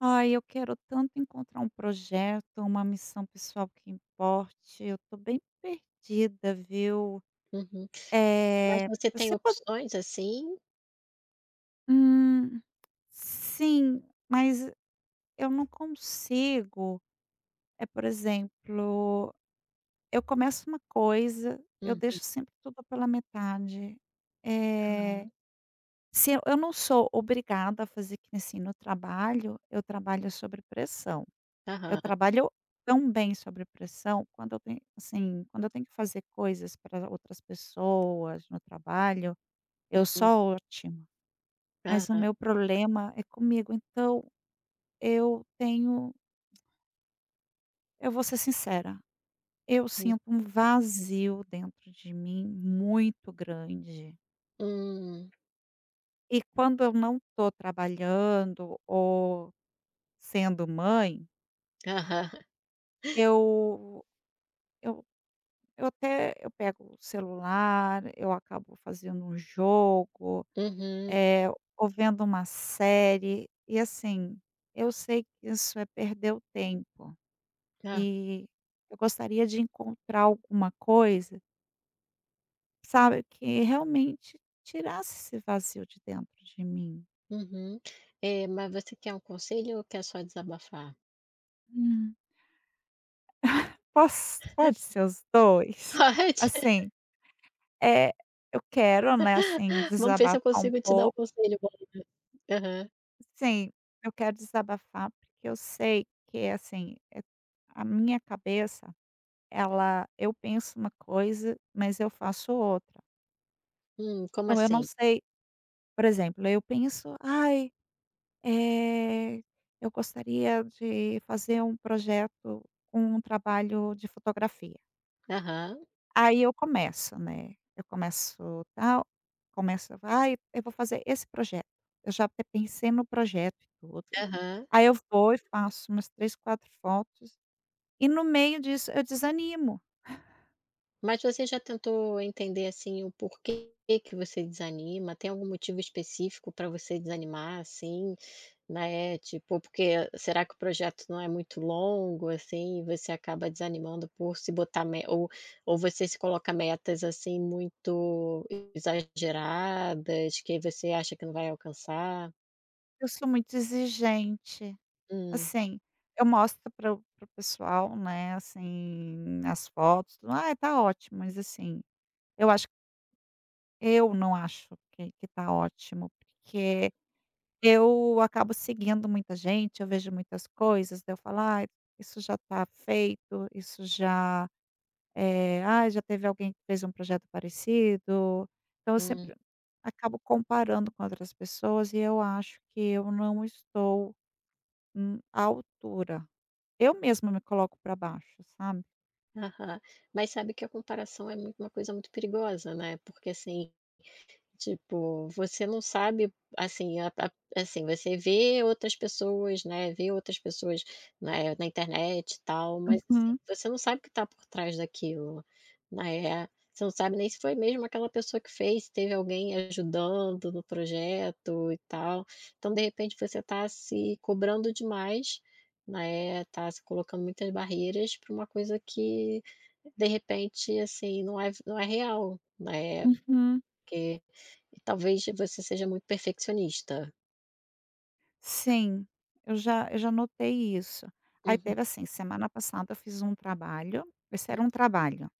Ai, eu quero tanto encontrar um projeto, uma missão pessoal que importe. Eu tô bem perdida, viu. Uhum. Mas você tem Você pode opções, assim? hum, sim, mas eu não consigo. É, por exemplo, eu começo uma coisa, eu Uhum. deixo sempre tudo pela metade. Eh, Aham. Se eu não sou obrigada a fazer que nem assim, no trabalho, eu trabalho sobre pressão. Eu Aham. trabalho tão bem sobre pressão quando eu tenho assim, quando eu tenho que fazer coisas para outras pessoas no trabalho, eu Uhum. sou ótima, mas o Aham. meu problema é comigo. Então eu tenho, eu vou ser sincera, eu Hum. sinto um vazio dentro de mim muito grande. Hum. E quando eu não estou trabalhando ou sendo mãe, Aham. eu eu Eu até eu pego o celular, eu acabo fazendo um jogo, Uhum. eh, ou vendo uma série, e assim, eu sei que isso é perder o tempo, Ah. e eu gostaria de encontrar alguma coisa, sabe, que realmente tirasse esse vazio de dentro de mim. Uhum. Mas você quer um conselho ou quer só desabafar? Hum. Posso pode ser os dois. Pode. Assim, é, eu quero, né, assim, Vamos ver se desabafar eu um consigo te dar um pouco. conselho bom, né? Aham. Sim, eu quero desabafar, porque eu sei que, assim, a minha cabeça, ela eu penso uma coisa, mas eu faço outra. Como Então eu não assim? sei, por exemplo, eu penso: "Ai, eh, eu gostaria de fazer um projeto com um trabalho de fotografia". Aham, Aí eu começo, né, eu começo tal, começo: "Ai, eu vou fazer esse projeto". Eu já até pensei no projeto e tudo. aham. Aí eu vou e faço umas 3, 4 fotos e no meio disso eu desanimo. Mas você já tentou entender, assim, o porquê que você desanima? Tem algum motivo específico para você desanimar, assim? Né, tipo, porque será que o projeto não é muito longo, assim, e você acaba desanimando por se botar me ou você se coloca metas, assim, muito exageradas, que aí você acha que não vai alcançar? Eu sou muito exigente, Hum, assim, eu mostro para o pessoal, né, assim, as fotos, tudo: "Ai, tá ótimo", mas assim, eu acho eu não acho que tá ótimo, porque eu acabo seguindo muita gente, eu vejo muitas coisas, daí eu falo: "Ai, isso já está feito, isso já, ai, já teve alguém que fez um projeto parecido". Então eu hum, sempre acabo comparando com outras pessoas e eu acho que eu não estou, à altura. Eu mesma me coloco para baixo, sabe? aham. Mas sabe que a comparação é muito uma coisa muito perigosa, né, porque assim, tipo, você não sabe, assim, a assim, você vê outras pessoas, né, vê outras pessoas, né, na internet e tal, mas, assim, Uhum, você não sabe o que está por trás daquilo, né. Você não sabe nem se foi mesmo aquela pessoa que fez, se teve alguém ajudando no projeto e tal. Então, de repente, você está se cobrando demais, né, tá se colocando muitas barreiras para uma coisa que, de repente, assim, não é não é real, né, uhum. porque e talvez você seja muito perfeccionista. Sim, eu já notei isso. Aí Uhum, teve assim, semana passada eu fiz um trabalho, esse era um trabalho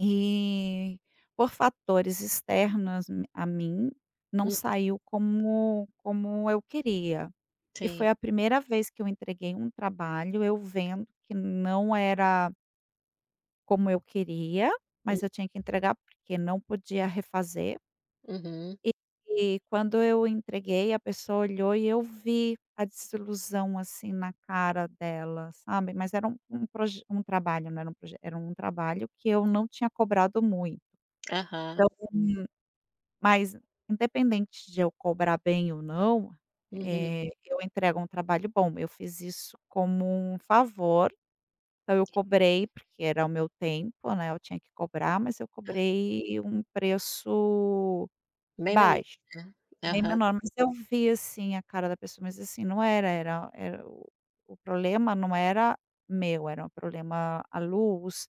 E por fatores externos m a mim, não hum, saiu como eu queria. E sim. foi a primeira vez que eu entreguei um trabalho, eu vendo que não era como eu queria, Hum, mas eu tinha que entregar, porque não podia refazer. uhum, E e quando eu entreguei, a pessoa olhou e eu vi a desilusão, assim, na cara dela, sabe. Mas era um um proje um trabalho, não era um projeto, era um trabalho que eu não tinha cobrado muito. aham, Então, mas independente de eu cobrar bem ou não, uhum, eu entrego um trabalho bom. Eu fiz isso como um favor, então eu cobrei, porque era o meu tempo, né, eu tinha que cobrar, mas eu hã, cobrei um preço bem memória, baixo, né. bem Aham, menor, mas eu vi, assim, a cara da pessoa, mas assim, não era era era o problema não era meu, era um problema a luz,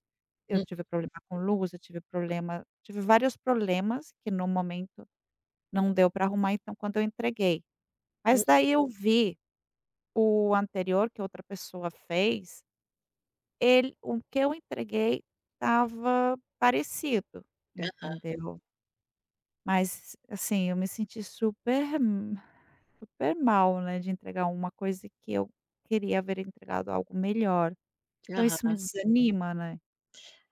eu hum, tive problema com luz, eu tive problema tive vários problemas que no momento não deu para arrumar, então quando eu entreguei. hum, Mas daí eu vi o anterior que outra pessoa fez, ele o que eu entreguei estava parecido, entendeu. Mas, assim, eu me senti super mal, né, de entregar uma coisa que eu queria haver entregado algo melhor. Então isso me aham. desanima, né.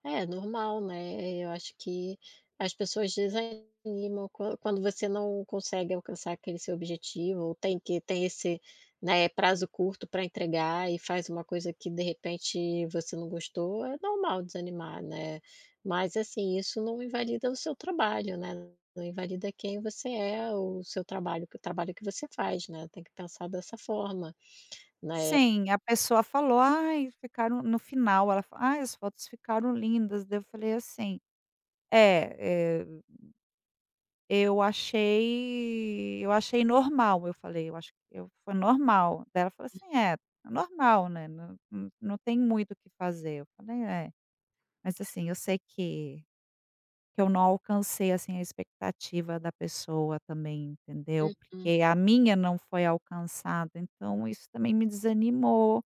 É normal, né, eu acho que as pessoas desanimam quan quando você não consegue alcançar aquele seu objetivo ou tem que tem esse, né, prazo curto para entregar e faz uma coisa que de repente você não gostou, é normal desanimar, né. Mas assim, isso não invalida o seu trabalho, né, não invalida quem você é, o seu trabalho o trabalho que você faz, né, tem que pensar dessa forma, né. Sim, a pessoa falou: "Ai, ficaram", no final ela fa: "Ai, as fotos ficaram lindas", daí eu falei assim: "É, Eu achei normal, eu falei: "Eu acho que eu foi normal". Daí ela falou assim: "É, é normal, né, não tem muito o que fazer". Eu falei: "É". Mas assim, eu sei que eu não alcancei, assim, a expectativa da pessoa também, entendeu, Uhum. porque a minha não foi alcançada, então isso também me desanimou,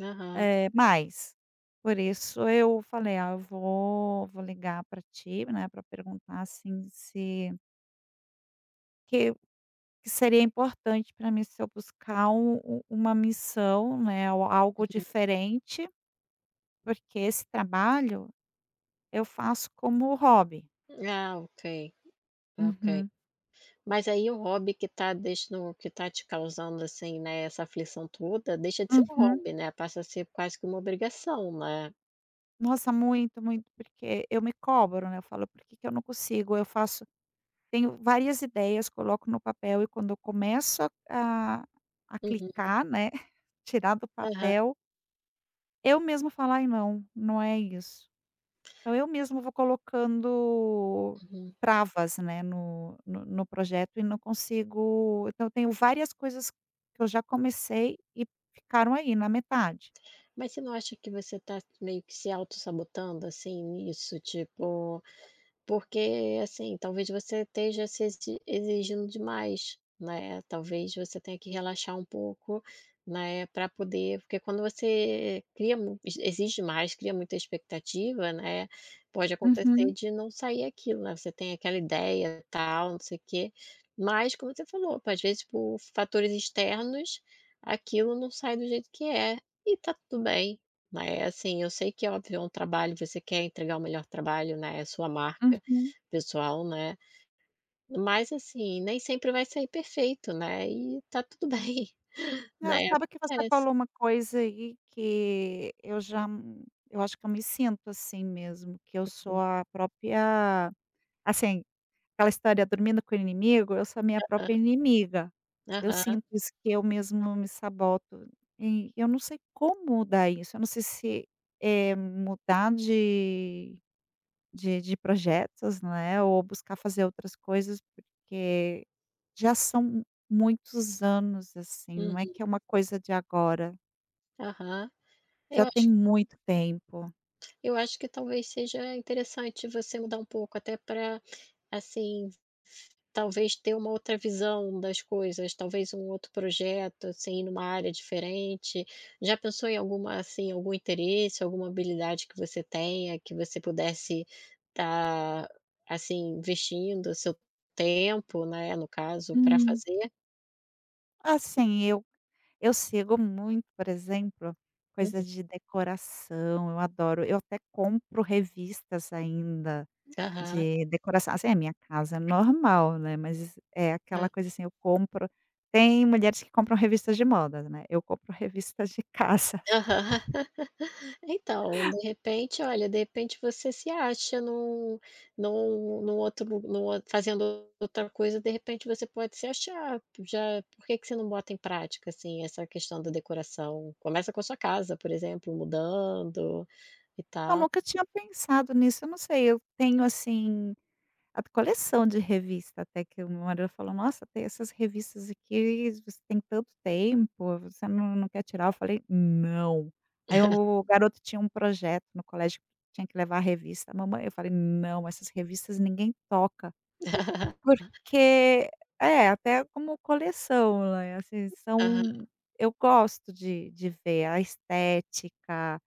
Aham. é mais. Por isso eu falei: "Ah, eu vou vou ligar para ti, né, para perguntar, assim, se que que seria importante para mim se eu buscar um u uma missão, né, ou algo Uhum. diferente, porque esse trabalho eu faço como hobby". Ah, ok, ok. Uhum. Mas aí o hobby que tá deixando que tá te causando, assim, né, essa aflição toda, deixa de ser um Uhum. hobby, né, passa a ser quase que uma obrigação, né. Nossa, muito, muito, porque eu me cobro, né, eu falo: "Por que que eu não consigo?". Eu faço Tenho várias ideias, coloco no papel e quando eu começo a Uhum. clicar, né, tirar do Aham, papel, eu mesma falo: "Ai não, não é isso". Então eu mesmo vou colocando uhum. travas, né, no projeto e não consigo, então eu tenho várias coisas que eu já comecei e ficaram aí na metade. Mas você não acha que você tá meio que se auto sabotando assim, nisso? Tipo, porque, assim, talvez você esteja se exi exigindo demais, né, talvez você tenha que relaxar um pouco, né, para poder porque quando você cria mu ex- exige mais, cria muita expectativa, né, pode acontecer Uhum, de não sair aquilo, né, você tem aquela ideia, tal, não sei o quê, mas como você falou, às vezes por fatores externos, aquilo não sai do jeito que é, e tá tudo bem, né, assim, eu sei que óbvio é um trabalho, você quer entregar o melhor trabalho, né, é a sua marca uhum. pessoal, né. Mas assim, nem sempre vai sair perfeito, né, e tá tudo bem, Não, né, sabe que você acontece. falou uma coisa aí que eu acho que eu me sinto assim mesmo, que eu sou a própria, assim, aquela história dormindo com o inimigo, eu sou a minha Ah, própria inimiga. Eu aham, sinto isso, que eu mesmo me saboto. E eu não sei como mudar isso, eu não sei se, mudar de projetos, né, ou buscar fazer outras coisas, porque já são muitos anos, assim, não é uhum, que é uma coisa de agora, aham. já Eu tem acho muito tempo. eu acho que talvez seja interessante você mudar um pouco até para, assim, talvez ter uma outra visão das coisas, talvez um outro projeto, assim, numa área diferente. Já pensou em alguma assim, algum interesse, alguma habilidade que você tenha, que você pudesse estar, assim, investindo seu tempo, né, no caso, para Hum. fazer? Assim, eu sigo muito, por exemplo, Uhum. coisas de decoração, eu adoro. Eu até compro revistas ainda Aham, de decoração, assim, a minha casa é normal, né, mas é aquela aham. coisa, assim, eu compro tem mulheres que compram revistas de moda, né, eu compro revistas de casa. Aham. Então, de repente, olha, de repente você se acha num num outro lu- num outro fazendo outra coisa, de repente você pode se achar, já por que que você não bota em prática, assim, essa questão da decoração? Começa com a sua casa, por exemplo, mudando e Eu tal. nunca tinha pensado nisso, eu não sei, eu tenho assim a coleção de revista, até que o meu marido falou: "Nossa, tem essas revistas aqui, você tem tanto tempo, você não quer tirar?" Eu falei: "Não". Aí o garoto tinha um projeto no colégio, que tinha que levar a revista. "Mamãe", eu falei: "Não, essas revistas ninguém toca". Porque é, até como coleção, né, assim, Aham. são, eu gosto de ver a estética,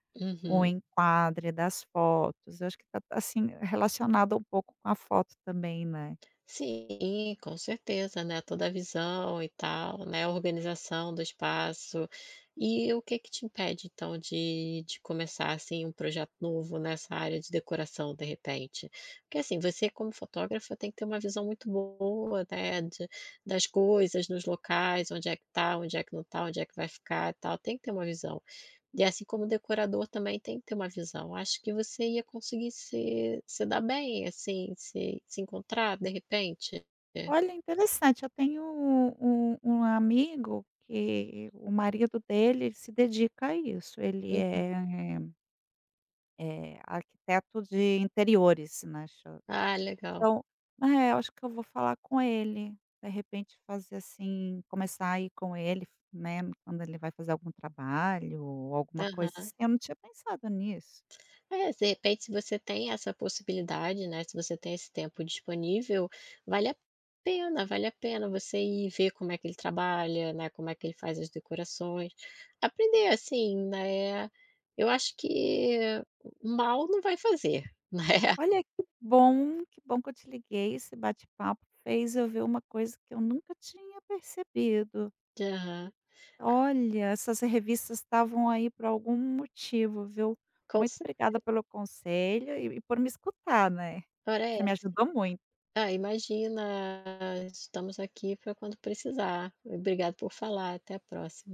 o Uhum. enquadre das fotos, eu acho que tá assim, relacionado um pouco com a foto também, né. Sim, com certeza, né, toda a visão e tal, né, a organização do espaço. E o que que te impede então de começar, assim, um projeto novo nessa área de decoração, de repente? Porque, assim, você como fotógrafa tem que ter uma visão muito boa, né, de das coisas, nos locais, onde é que tá, onde é que não tá, onde é que vai ficar e tal, tem que ter uma visão. E assim como decorador também tem que ter uma visão. Acho que você ia conseguir se dar bem, assim, se encontrar de repente. É. Olha, interessante, eu tenho um amigo que o marido dele se dedica a isso, ele Hum. é, arquiteto de interiores, né. Ah, legal. Então é, eu acho que eu vou falar com ele. De repente fazer assim, começar a ir com ele, né, quando ele vai fazer algum trabalho ou alguma coisa Aham. assim, eu não tinha pensado nisso. É, de repente se você tem essa possibilidade, né, se você tem esse tempo disponível, vale a vale a pena você ir ver como é que ele trabalha, né, como é que ele faz as decorações. Aprender, assim, né, eu acho que mal não vai fazer, né. Olha que bom, que bom que eu te liguei, esse bate-papo fez eu ver uma coisa que eu nunca tinha percebido. Aham. Olha, essas revistas estavam aí por algum motivo, viu. Com Muito cer obrigada pelo conselho e por me escutar, né. ora é Você me essa. ajudou muito. Ah, imagina. Estamos aqui para quando precisar. Obrigado por falar. Até a próxima.